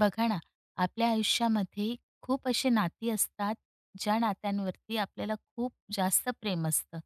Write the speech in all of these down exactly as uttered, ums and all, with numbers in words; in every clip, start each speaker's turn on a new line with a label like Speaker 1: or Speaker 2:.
Speaker 1: बघा ना, आपल्या आयुष्यामध्ये खूप असे नाती असतात ज्या नात्यांवरती आपल्याला खूप जास्त प्रेम असतं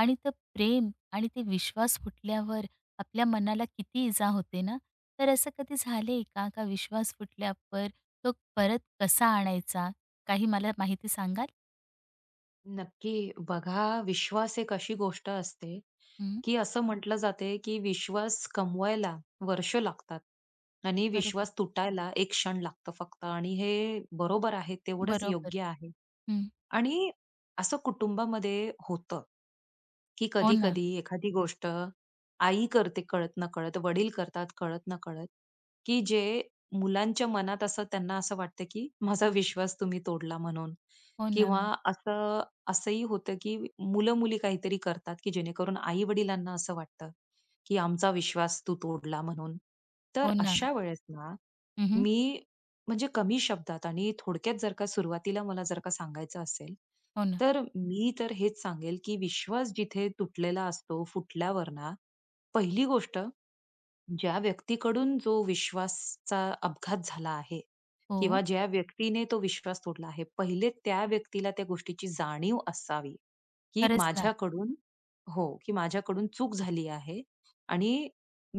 Speaker 1: आणि ते प्रेम आणि ते विश्वास फुटल्यावर आपल्या मनाला किती इजा होते ना. तर असं कधी झाले का? का विश्वास फुटल्यावर तो परत कसा आणायचा? काही मला माहिती सांगाल?
Speaker 2: नक्की. बघा, विश्वास एक अशी गोष्ट असते,
Speaker 1: हं,
Speaker 2: की असं म्हटलं जाते, की विश्वास कमवायला वर्ष लागतात आणि
Speaker 1: बरोबर.
Speaker 2: विश्वास तुटायला एक क्षण लागतो फक्त आणि हे बरोबर आहे, तेवढंच
Speaker 1: बरोबर.
Speaker 2: योग्य आहे.
Speaker 1: हं,
Speaker 2: आणि असं कुटुंबामध्ये होतं, की
Speaker 1: हो ना.
Speaker 2: कधी-कधी एखादी गोष्ट आई करते कळत नकळत, वडील करतात कळत नकळत, की जे मुलांच्या मनात असं त्यांना असं वाटतं, की माझा विश्वास तुम्ही तोडला म्हणून
Speaker 1: हो ना.
Speaker 2: किंवा असं असंही होतं, की मुलं-मुली काहीतरी करतात, की जेणेकरून आई-वडिलांना असं वाटतं, की आमचा विश्वास तू तोडला म्हणून. तर
Speaker 1: हो ना.
Speaker 2: अशा वेळेस ना,
Speaker 1: उहुं,
Speaker 2: मी म्हणजे कमी शब्दात आणि थोडक्यात जर का सुरुवातीला मला जर का सांगायचं असेल,
Speaker 1: हो ना.
Speaker 2: तर मी तर हेच सांगेल, की विश्वास जिथे तुटलेला असतो, फुटल्यावर ना, पहिली गोष्ट ज्या व्यक्तीकडून जो विश्वासचा अपघात झाला आहे
Speaker 1: हो.
Speaker 2: किंवा ज्या व्यक्तीने तो विश्वास तोडला आहे, पहिले त्या व्यक्तीला त्या गोष्टीची जाणीव असावी, की
Speaker 1: खरंच ना.
Speaker 2: माझ्याकडून हो, की माझ्याकडून चूक झाली आहे आणि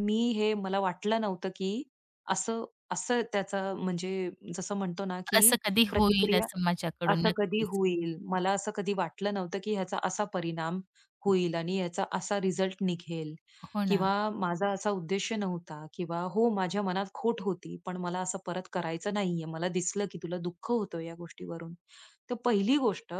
Speaker 2: मी हे मला वाटलं नव्हतं, की असं असं त्याचा म्हणजे जसं म्हणतो ना, की
Speaker 1: असं कधी होईल,
Speaker 2: प्रतिक्रिया
Speaker 1: असं माझ्याकडून
Speaker 2: असं कधी
Speaker 1: नक्कीच.
Speaker 2: होईल. मला असं कधी वाटलं नव्हतं, की ह्याचा असा परिणाम होईल आणि ह्याचा असा रिझल्ट निघेल.
Speaker 1: हो ना.
Speaker 2: किंवा माझा असा उद्देश नव्हता किंवा हो, माझ्या मनात खोट होती, पण मला असं परत करायचं नाहीये. मला दिसलं, की तुला दुःख होतं या गोष्टीवरून. तर पहिली गोष्ट,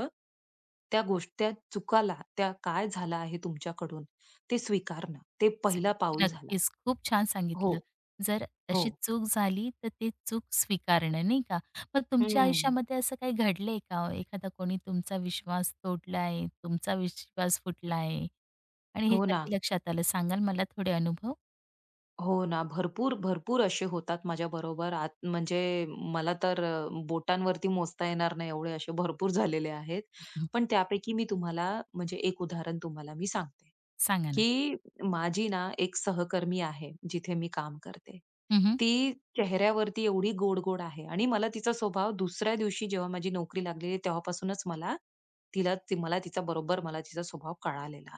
Speaker 2: त्या गोष्ट त्या चुकाला, त्या काय झालं आहे तुमच्याकडून ते स्वीकारणं. ते
Speaker 1: च.
Speaker 2: पहिला पाऊल झाला.
Speaker 1: नक्कीच, खूप छान
Speaker 2: हो,
Speaker 1: सांगितलं. जर
Speaker 2: हो.
Speaker 1: अशी चूक झाली, तर ती चूक स्वीकारणं, नाही का? मग तुमच्या
Speaker 2: हं.
Speaker 1: आयुष्यामध्ये असं काही घडलंय का हो? एखादा कोणी तुमचा विश्वास तोडला? तुमचा विश्वास फुटला आहे आणि हे
Speaker 2: हो ना.
Speaker 1: कधी लक्षात आलं? सांगाल मला थोडे अनुभव?
Speaker 2: हो ना. भरपूर, भरपूर असे होतात माझ्याबरोबर. आत म्हणजे मला तर अ, बोटांवरती मोजता येणार नाही एवढे असे भरपूर झालेले आहेत. पण त्यापैकी मी तुम्हाला म्हणजे एक उदाहरण तुम्हाला मी सांगते,
Speaker 1: सांगा ना.
Speaker 2: की माझी ना एक सहकर्मी आहे जिथे मी काम करते.
Speaker 1: हं,
Speaker 2: ती चेहऱ्यावरती एवढी गोड-गोड आहे आणि मला तिचा स्वभाव दुसऱ्या दिवशी जेव्हा माझी नोकरी लागलेली तेव्हापासूनच मला तिला ती मला तिचा बरोबर मला तिचा स्वभाव कळालेला.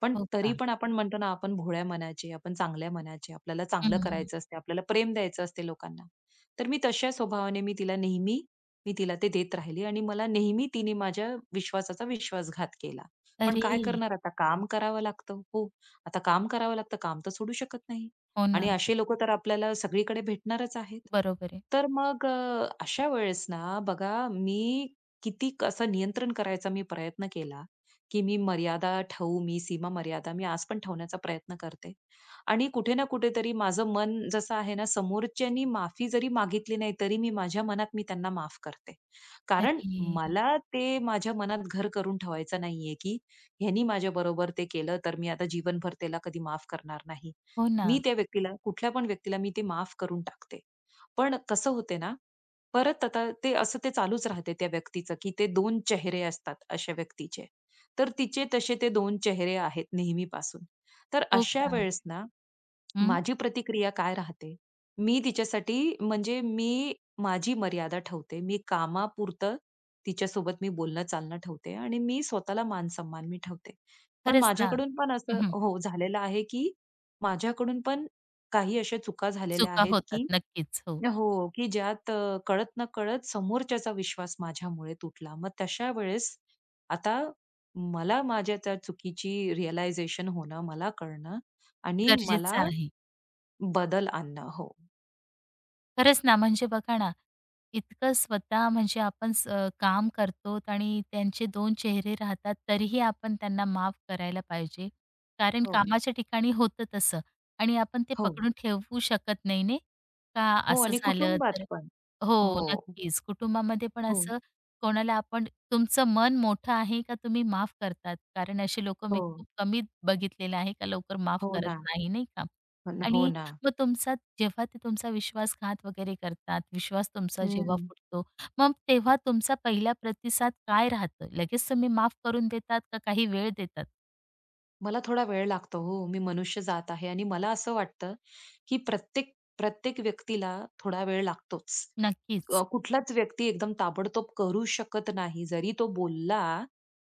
Speaker 2: पण
Speaker 1: हो
Speaker 2: तरी
Speaker 1: का?
Speaker 2: पण आपण म्हणतो ना, आपण भोळ्या मनाचे, आपण चांगल्या मनाचे, आपल्याला चांगलं
Speaker 1: हं,
Speaker 2: करायचं असते, आपल्याला प्रेम द्यायचं असते लोकांना. तर मी तशा स्वभावाने मी तिला नेहमी मी तिला ते देत राहिली आणि मला नेहमी तिने माझ्या विश्वासाचा विश्वासघात केला. पण
Speaker 1: अरे!
Speaker 2: काय करणार आता काम करावं लागतं. हो, आता काम करावं लागतं. काम तर सोडू शकत नाही
Speaker 1: हो ना.
Speaker 2: आणि असे लोकं तर आपल्याला सगळीकडे भेटणारच आहेत.
Speaker 1: बरोबर आहे.
Speaker 2: तर मग अ, अशा वेळेस ना बघा, मी किती कसं नियंत्रण करायचा मी प्रयत्न केला की मी मर्यादा ठेवू, मी सीमा मर्यादा मी आज पण ठेवण्याचा प्रयत्न करते. आणि कुठे ना कुठेतरी माझं मन जसं आहे ना, समोरच्यांनी माफी जरी मागितली नाही, तरी मी माझ्या मनात मी त्यांना माफ करते. कारण
Speaker 1: अरे!
Speaker 2: मला ते माझ्या मनात घर करून ठेवायचं नाहीये, की ह्यानी माझ्याबरोबर ते केलं, तर मी आता जीवनभर त्याला कधी माफ करणार नाही.
Speaker 1: हो ना.
Speaker 2: मी त्या व्यक्तीला, कुठल्या पण व्यक्तीला मी ते माफ करून टाकते. पण कसं होते ना, परत आता ते असं ते चालूच राहते त्या व्यक्तीचं, की ते दोन चेहरे असतात अशा व्यक्तीचे. तर तिचे तसे ते दोन चेहरे आहेत नेहमीपासून. तर
Speaker 1: हो
Speaker 2: अशा
Speaker 1: का?
Speaker 2: वेळेस ना,
Speaker 1: हं.
Speaker 2: माझी प्रतिक्रिया काय राहते? मी तिच्यासाठी म्हणजे मी माझी मर्यादा ठेवते. मी कामापुरतं तिच्यासोबत मी बोलणं-चालणं ठेवते आणि मी स्वतःला मान-सन्मान मी ठेवते. पण
Speaker 1: खरंच ना.
Speaker 2: माझ्याकडून पण असं
Speaker 1: हं,
Speaker 2: हो, झालेलं आहे, की माझ्याकडून पण काही अशा चुका झालेल्या
Speaker 1: चुका
Speaker 2: आहेत,
Speaker 1: होतात.
Speaker 2: की
Speaker 1: नक्कीच. हो.
Speaker 2: हो, की ज्यात अ, कळत-नकळत समोरच्याचा विश्वास माझ्यामुळे तुटला. मग तशा वेळेस आता मला माझ्या त्या चुकीची रिअलायझेशन होणं, मला कळणं आणि मला
Speaker 1: गरजेचं आहे.
Speaker 2: बदल आणणं. हो.
Speaker 1: खरंच ना, म्हणजे बघा ना, इतकं स्वतः म्हणजे आपण स अ, काम करतो आणि त्यांचे दोन चेहरे राहतात, तरीही आपण त्यांना माफ करायला पाहिजे. कारण हं.
Speaker 2: हो.
Speaker 1: कामाच्या ठिकाणी होतं तसं. आणि आपण ते
Speaker 2: हो,
Speaker 1: पकडून ठेवू शकत नाही, नाही का?
Speaker 2: हो
Speaker 1: असं
Speaker 2: आणि
Speaker 1: झालं
Speaker 2: कुटुंबात
Speaker 1: तर?
Speaker 2: पण.
Speaker 1: हो,
Speaker 2: हो,
Speaker 1: नक्कीच. कुटुंबामध्ये पण
Speaker 2: हो,
Speaker 1: असं कोणाला आपण. तुमचं मन मोठं आहे का तुम्ही माफ करतात? कारण असे लोकं मी
Speaker 2: हो,
Speaker 1: खूप कमी बघितलेले आहे का लवकर माफ
Speaker 2: हो
Speaker 1: करत
Speaker 2: ना,
Speaker 1: नाही, नाही का?
Speaker 2: हो ना, हो
Speaker 1: आणि
Speaker 2: ना.
Speaker 1: मग तुमचा, जेव्हा ते तुमचा विश्वासघात वगैरे करतात, विश्वास तुमचा हं. जेव्हा
Speaker 2: हं.
Speaker 1: फुटतो, मग तेव्हा तुमचा पहिला प्रतिसाद काय राहतं? लगेच तुम्ही माफ करून देतात का काही वेळ देतात?
Speaker 2: मला थोडा वेळ लागतो. हो, मी मनुष्य जात आहे आणि मला असं वाटतं, की प्रत्येक प्रत्येक व्यक्तीला थोडा वेळ लागतोच. अ,
Speaker 1: नक्कीच.
Speaker 2: कुठलाच व्यक्ती एकदम ताबडतोब करू शकत नाही. जरी तो बोलला,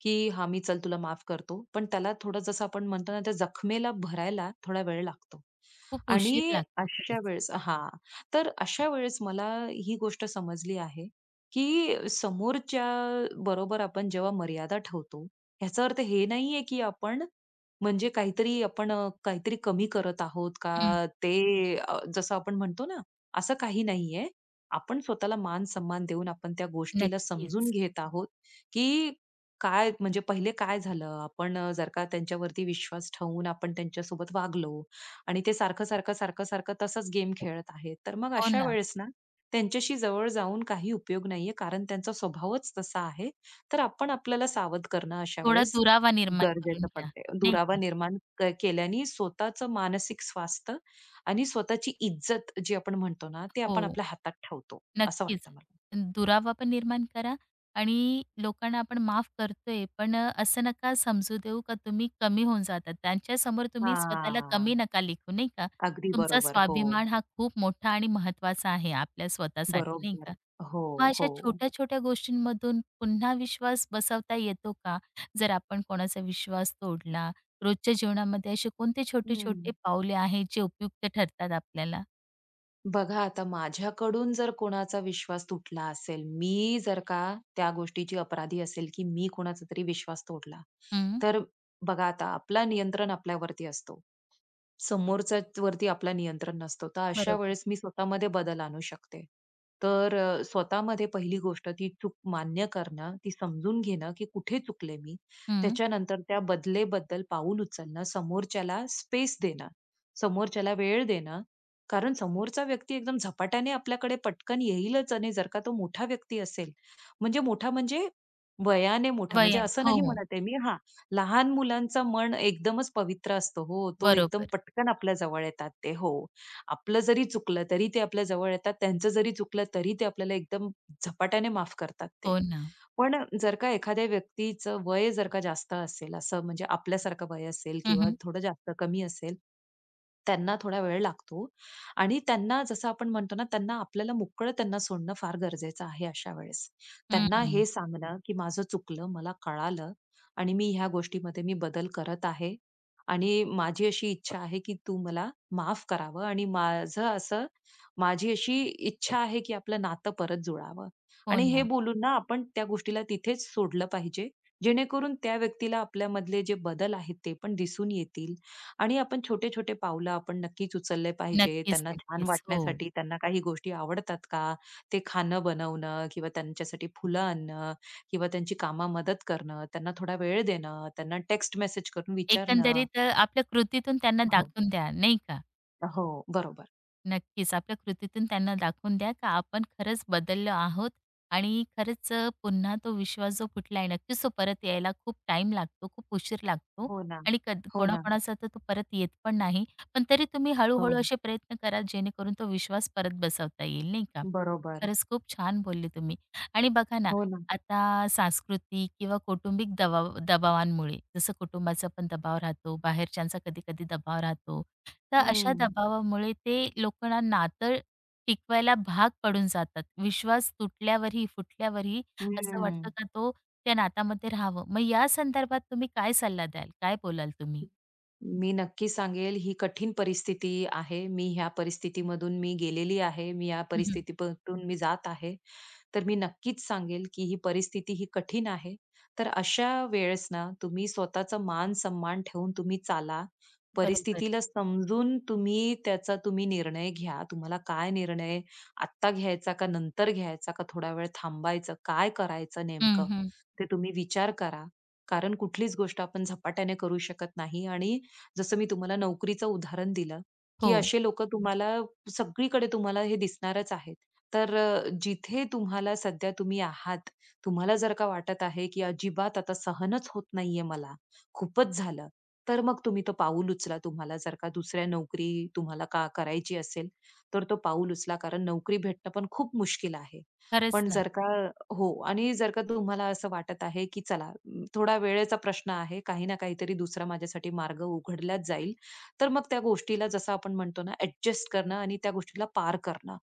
Speaker 2: की "हां, मी चल तुला माफ करतो." पण त्याला थोडं जसं आपण म्हणतो ना, त्या जखमेला भरायला थोडा वेळ लागतो.
Speaker 1: खूप उशीर
Speaker 2: आणि
Speaker 1: लागतो
Speaker 2: अशा
Speaker 1: खरंच.
Speaker 2: वेळेस हां, तर अशा वेळेस मला ही गोष्ट समजली आहे, की समोरच्या बरोबर आपण जेव्हा मर्यादा ठेवतो, ह्याचा अर्थ हे नाहीये, की आपण म्हणजे काहीतरी आपण अ, काहीतरी कमी करत आहोत
Speaker 1: हं,
Speaker 2: का ते अ, जसं आपण म्हणतो ना, असं काही नाहीये. आपण स्वतःला मान सन्मान देऊन आपण त्या गोष्टीला समजून
Speaker 1: नक्कीच.
Speaker 2: घेत आहोत, की काय म्हणजे पहिले काय झालं, आपण अ, जर का त्यांच्यावरती विश्वास ठेवून आपण त्यांच्यासोबत वागलो आणि ते सारखं, सारखं, सारखं, सारखं तसंच गेम खेळत आहेत. तर मग
Speaker 1: हो
Speaker 2: अशा
Speaker 1: ना.
Speaker 2: वेळेस ना, त्यांच्याशी जवळ जाऊन काही उपयोग नाहीये, कारण त्यांचा स्वभावच तसा आहे. तर आपण आपल्याला सावध करणं अशा
Speaker 1: थोडा
Speaker 2: वेळेस
Speaker 1: दुरावा निर्माण करून
Speaker 2: गरजेचं
Speaker 1: घ्या,
Speaker 2: पडते.
Speaker 1: नाही
Speaker 2: दुरावा
Speaker 1: का?
Speaker 2: निर्माण क केल्याने स्वतःचं मानसिक स्वास्थ्य आणि स्वतःची इज्जत जे आपण म्हणतो ना, ते आपण
Speaker 1: हो.
Speaker 2: आपल्या हातात ठेवतो, असं
Speaker 1: नक्कीच.
Speaker 2: वाटतं मला.
Speaker 1: दुरावा पण निर्माण करा आणि लोकांना आपण माफ करतोय, पण अ, असं नका समजू देऊ का तुम्ही कमी होऊन जातात. त्यांच्यासमोर तुम्ही स्वतःला
Speaker 2: हां.
Speaker 1: कमी नका लिखू, नाही का?
Speaker 2: अगदी
Speaker 1: तुमचा
Speaker 2: बरोबर. हो.
Speaker 1: स्वाभिमान हा खूप मोठा आणि महत्त्वाचा आहे आपल्या स्वतःसाठी, नाही का?
Speaker 2: बरोबर. हो,
Speaker 1: मग अशा
Speaker 2: हो.
Speaker 1: छोट्या-छोट्या गोष्टींमधून पुन्हा विश्वास बसवता येतो का? जर आपण कोणाचा विश्वास तोडला, रोजच्या जीवनामध्ये असे कोणते छोटे-छोटे
Speaker 2: हं.
Speaker 1: पाऊले आहेत जे उपयुक्त ठरतात आपल्याला?
Speaker 2: बघा आता माझ्याकडून जर कोणाचा विश्वास तुटला असेल, मी जर का त्या गोष्टीची अपराधी असेल, की मी कोणाचा तरी विश्वास तोडला,
Speaker 1: हं,
Speaker 2: तर बघा आता आपला नियंत्रण आपल्यावरती असतो. समोरच्यावरती आपला नियंत्रण नसतो. तर अशा
Speaker 1: बरोबर.
Speaker 2: वेळेस मी स्वतःमध्ये बदल आणू शकते. तर अ, स्वतःमध्ये पहिली गोष्ट ती चूक मान्य करणं, ती समजून घेणं, की कुठे चुकले मी.
Speaker 1: हं.
Speaker 2: त्याच्यानंतर त्या बदलेबद्दल पाऊल उचलणं, समोरच्याला स्पेस देणं, समोरच्याला वेळ देणं कारण समोरचा व्यक्ती एकदम झपाट्याने आपल्याकडे पटकन येईलच आणि जर का तो मोठा व्यक्ती असेल, म्हणजे मोठा म्हणजे वयाने मोठा, म्हणजे
Speaker 1: वयाने.
Speaker 2: असं
Speaker 1: हो,
Speaker 2: नाही
Speaker 1: हो.
Speaker 2: म्हणत आहे मी हां, लहान मुलांचा मन एकदमच पवित्र असतो हो, तो एकदम
Speaker 1: बरोबर.
Speaker 2: पटकन आपल्या जवळ येतात ते हो. आपलं जरी चुकलं तरी ते आपल्या जवळ येतात, त्यांचं जरी चुकलं तरी ते आपल्याला एकदम झपाट्याने माफ करतात ते.
Speaker 1: हो ना.
Speaker 2: पण जर का एखाद्या व्यक्तीचं वय जर का जास्त असेल, असं म्हणजे आपल्यासारखं वय असेल
Speaker 1: हं,
Speaker 2: किंवा
Speaker 1: हं.
Speaker 2: थोडं जास्त कमी असेल, त्यांना थोडा वेळ लागतो. आणि त्यांना जसं आपण म्हणतो ना, त्यांना आपल्याला मोकळं त्यांना सोडणं फार गरजेचं आहे अशा वेळेस. त्यांना हे सांगणं, की माझं चुकलं, मला कळालं आणि मी ह्या गोष्टीमध्ये मी बदल करत आहे आणि माझी अशी इच्छा आहे, की तू मला माफ करावं आणि माझं असं माझी अशी इच्छा आहे, की आपलं नातं परत जुळावं.
Speaker 1: हो
Speaker 2: आणि हे
Speaker 1: ना.
Speaker 2: बोलून ना आपण त्या गोष्टीला तिथेच सोडलं पाहिजे, जेणेकरून त्या व्यक्तीला आपल्यामधले जे बदल आहेत ते पण दिसून येतील. आणि आपण छोटे-छोटे पावलं आपण नक्कीच उचलले पाहिजे.
Speaker 1: नक्कीच,
Speaker 2: त्यांना छान
Speaker 1: नक्कीच. हो.
Speaker 2: वाटण्यासाठी त्यांना काही गोष्टी आवडतात का? ते खाणं बनवणं किंवा त्यांच्यासाठी फुलं आणणं किंवा त्यांची कामात मदत करणं, त्यांना थोडा वेळ देणं, त्यांना टेक्स्ट मेसेज करून विचारणं.
Speaker 1: एकंदरीत अ, आपल्या कृतीतून त्यांना
Speaker 2: हो,
Speaker 1: दाखवून द्या, नाही का?
Speaker 2: हो, बरोबर.
Speaker 1: नक्कीच. आपल्या कृतीतून त्यांना दाखवून द्या का आपण खरंच बदललो आहोत आणि खरंच अ, पुन्हा तो विश्वास जो फुटला आहे नक्कीच तो परत यायला खूप टाईम लागतो, खूप उशीर लागतो.
Speaker 2: हो ना,
Speaker 1: आणि कध
Speaker 2: हो ना,
Speaker 1: कोणाकोणाचा तर तो परत येत पण नाही. पण तरी तुम्ही हळू
Speaker 2: हो,
Speaker 1: असे प्रयत्न करा जेणेकरून तो विश्वास परत बसवता येईल, नाही का?
Speaker 2: बरोबर.
Speaker 1: खरंच खूप छान बोलले तुम्ही. आणि बघा ना,
Speaker 2: हो ना.
Speaker 1: आता सांस्कृतिक किंवा कौटुंबिक दबाव दबावांमुळे जसं कुटुंबाचा पण दबाव राहतो, बाहेरच्यांचा कधी-कधी दबाव राहतो. तर अशा
Speaker 2: हं,
Speaker 1: दबावामुळे ते लोकांना नातं टिकवायला भाग पडून जातात. विश्वास तुटल्यावरही, फुटल्यावरही असं वाटतं
Speaker 2: हं.
Speaker 1: का तो त्या नात्यामध्ये राहावं. मग या संदर्भात तुम्ही काय सल्ला द्याल? काय बोलाल तुम्ही?
Speaker 2: मी नक्की सांगेल, ही कठीण परिस्थिती आहे. मी ह्या परिस्थितीमधून मी गेलेली आहे. मी या
Speaker 1: हं, हं.
Speaker 2: परिस्थितीतून मी जात आहे. तर मी नक्कीच सांगेल, की ही परिस्थिती ही कठीण आहे. तर अशा वेळेस ना, तुम्ही स्वतःचा मान-सन्मान ठेवून तुम्ही चाला.
Speaker 1: बरोबर.
Speaker 2: परिस्थितीला समजून तुम्ही त्याचा तुम्ही निर्णय घ्या. तुम्हाला काय निर्णय आत्ता घ्यायचा का नंतर घ्यायचा का थोडा वेळ थांबायचं? काय करायचं
Speaker 1: हं,
Speaker 2: नेमकं?
Speaker 1: हं.
Speaker 2: ते तुम्ही विचार करा. कारण कुठलीच गोष्ट आपण झपाट्याने करू शकत नाही आणि जसं मी तुम्हाला नोकरीचं उदाहरण दिलं,
Speaker 1: हो.
Speaker 2: की असे लोकं तुम्हाला सगळीकडे तुम्हाला हे दिसणारच आहेत. तर अ, जिथे तुम्हाला सध्या तुम्ही आहात, तुम्हाला जर का वाटत आहे, की अजिबात आता सहनच होत नाहीये मला, खूपच झालं, तर मग तुम्ही तो पाऊल उचला. तुम्हाला जर का दुसऱ्या नोकरी तुम्हाला का करायची असेल, तर तो पाऊल उचला. कारण नोकरी भेटणं पण खूप मुश्किल आहे.
Speaker 1: खरंच
Speaker 2: पण
Speaker 1: ना.
Speaker 2: जर का हो आणि जर का तुम्हाला असं वाटत आहे, की चला अं, थोडा वेळेचा प्रश्न आहे. काही ना काहीतरी दुसरा माझ्यासाठी मार्ग उघडलाच जाईल. तर मग त्या गोष्टीला जसं आपण म्हणतो ना ॲडजस्ट करणं आणि त्या गोष्टीला पार करणं,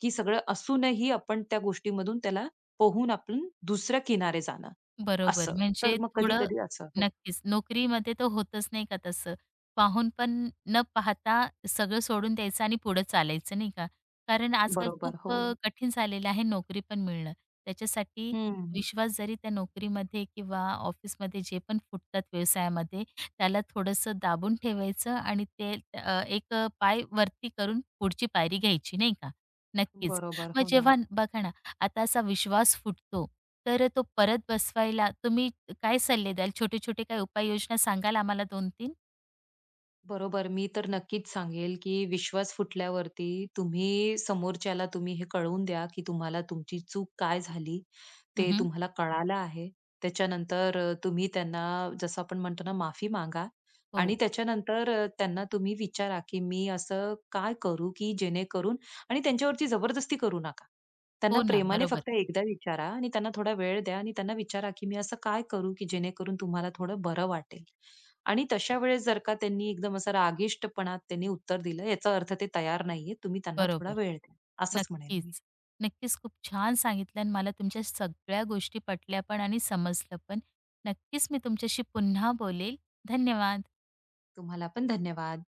Speaker 2: की सगळं असूनही आपण त्या गोष्टीमधून त्याला पोहून आपण दुसऱ्या किनारे जाणं,
Speaker 1: बरोबर.
Speaker 2: असं. तर
Speaker 1: म्हणजे
Speaker 2: मग
Speaker 1: थोडं.
Speaker 2: कधी-कधी असं हो.
Speaker 1: नक्कीच. नोकरीमध्ये तर होतच नाही का तसं. पाहून पण न पाहता सगळं सोडून द्यायचं आणि पुढं चालायचं नाही का. कारण आजकाल
Speaker 2: बरोबर.
Speaker 1: खूप
Speaker 2: हो.
Speaker 1: अ, कठीण झालेलं आहे नोकरी पण मिळणं. त्याच्यासाठी
Speaker 2: हं.
Speaker 1: विश्वास जरी त्या नोकरीमध्ये किंवा ऑफिसमध्ये जे पण फुटतात व्यवसायामध्ये, त्याला थोडंसं दाबून ठेवायचं आणि ते अ, एक अ, पाय वरती करून पुढची पायरी घ्यायची नाही का. नक्कीच.
Speaker 2: बरोबर.
Speaker 1: मग
Speaker 2: हो ना.
Speaker 1: जेव्हा बघा ना, आता असा विश्वास फुटतो तर तो परत बसवायला तुम्ही काय सल्ले द्याल? छोटे-छोटे काही उपाययोजना सांगाल आम्हाला दोन तीन?
Speaker 2: बरोबर. मी तर नक्कीच सांगेल, की विश्वास फुटल्यावरती तुम्ही समोरच्याला तुम्ही हे कळवून द्या, की तुम्हाला तुमची चूक काय झाली, ते
Speaker 1: हं,
Speaker 2: तुम्हाला कळालं आहे. त्याच्यानंतर अ, तुम्ही त्यांना जसं आपण म्हणतो ना, माफी मागा
Speaker 1: हो.
Speaker 2: आणि त्याच्यानंतर अ, त्यांना तुम्ही विचारा, की मी असं काय करू, की जेणेकरून आणि त्यांच्यावरती जबरदस्ती करू नका.
Speaker 1: हो
Speaker 2: त्यांना
Speaker 1: ना.
Speaker 2: प्रेमाने
Speaker 1: बरोबर,
Speaker 2: फक्त एकदा विचारा आणि त्यांना थोडा वेळ द्या आणि त्यांना विचारा, की मी असं काय करू, की जेणेकरून तुम्हाला थोडं बरं वाटेल? आणि तशा वेळेस जर का त्यांनी एकदम असा रागिष्टपणात त्यांनी उत्तर दिलं, याचा अर्थ ते तयार नाहीये. तुम्ही त्यांना थोडा
Speaker 1: बरोबर.
Speaker 2: वेळ द्या. असंच म्हणेन मी.
Speaker 1: नक्कीच. नक्कीच खूप छान सांगितलं आणि मला तुमच्या सगळ्या गोष्टी पटल्या पण आणि समजलं पण. नक्कीच मी तुमच्याशी पुन्हा बोलेल. धन्यवाद.
Speaker 2: तुम्हाला पण धन्यवाद.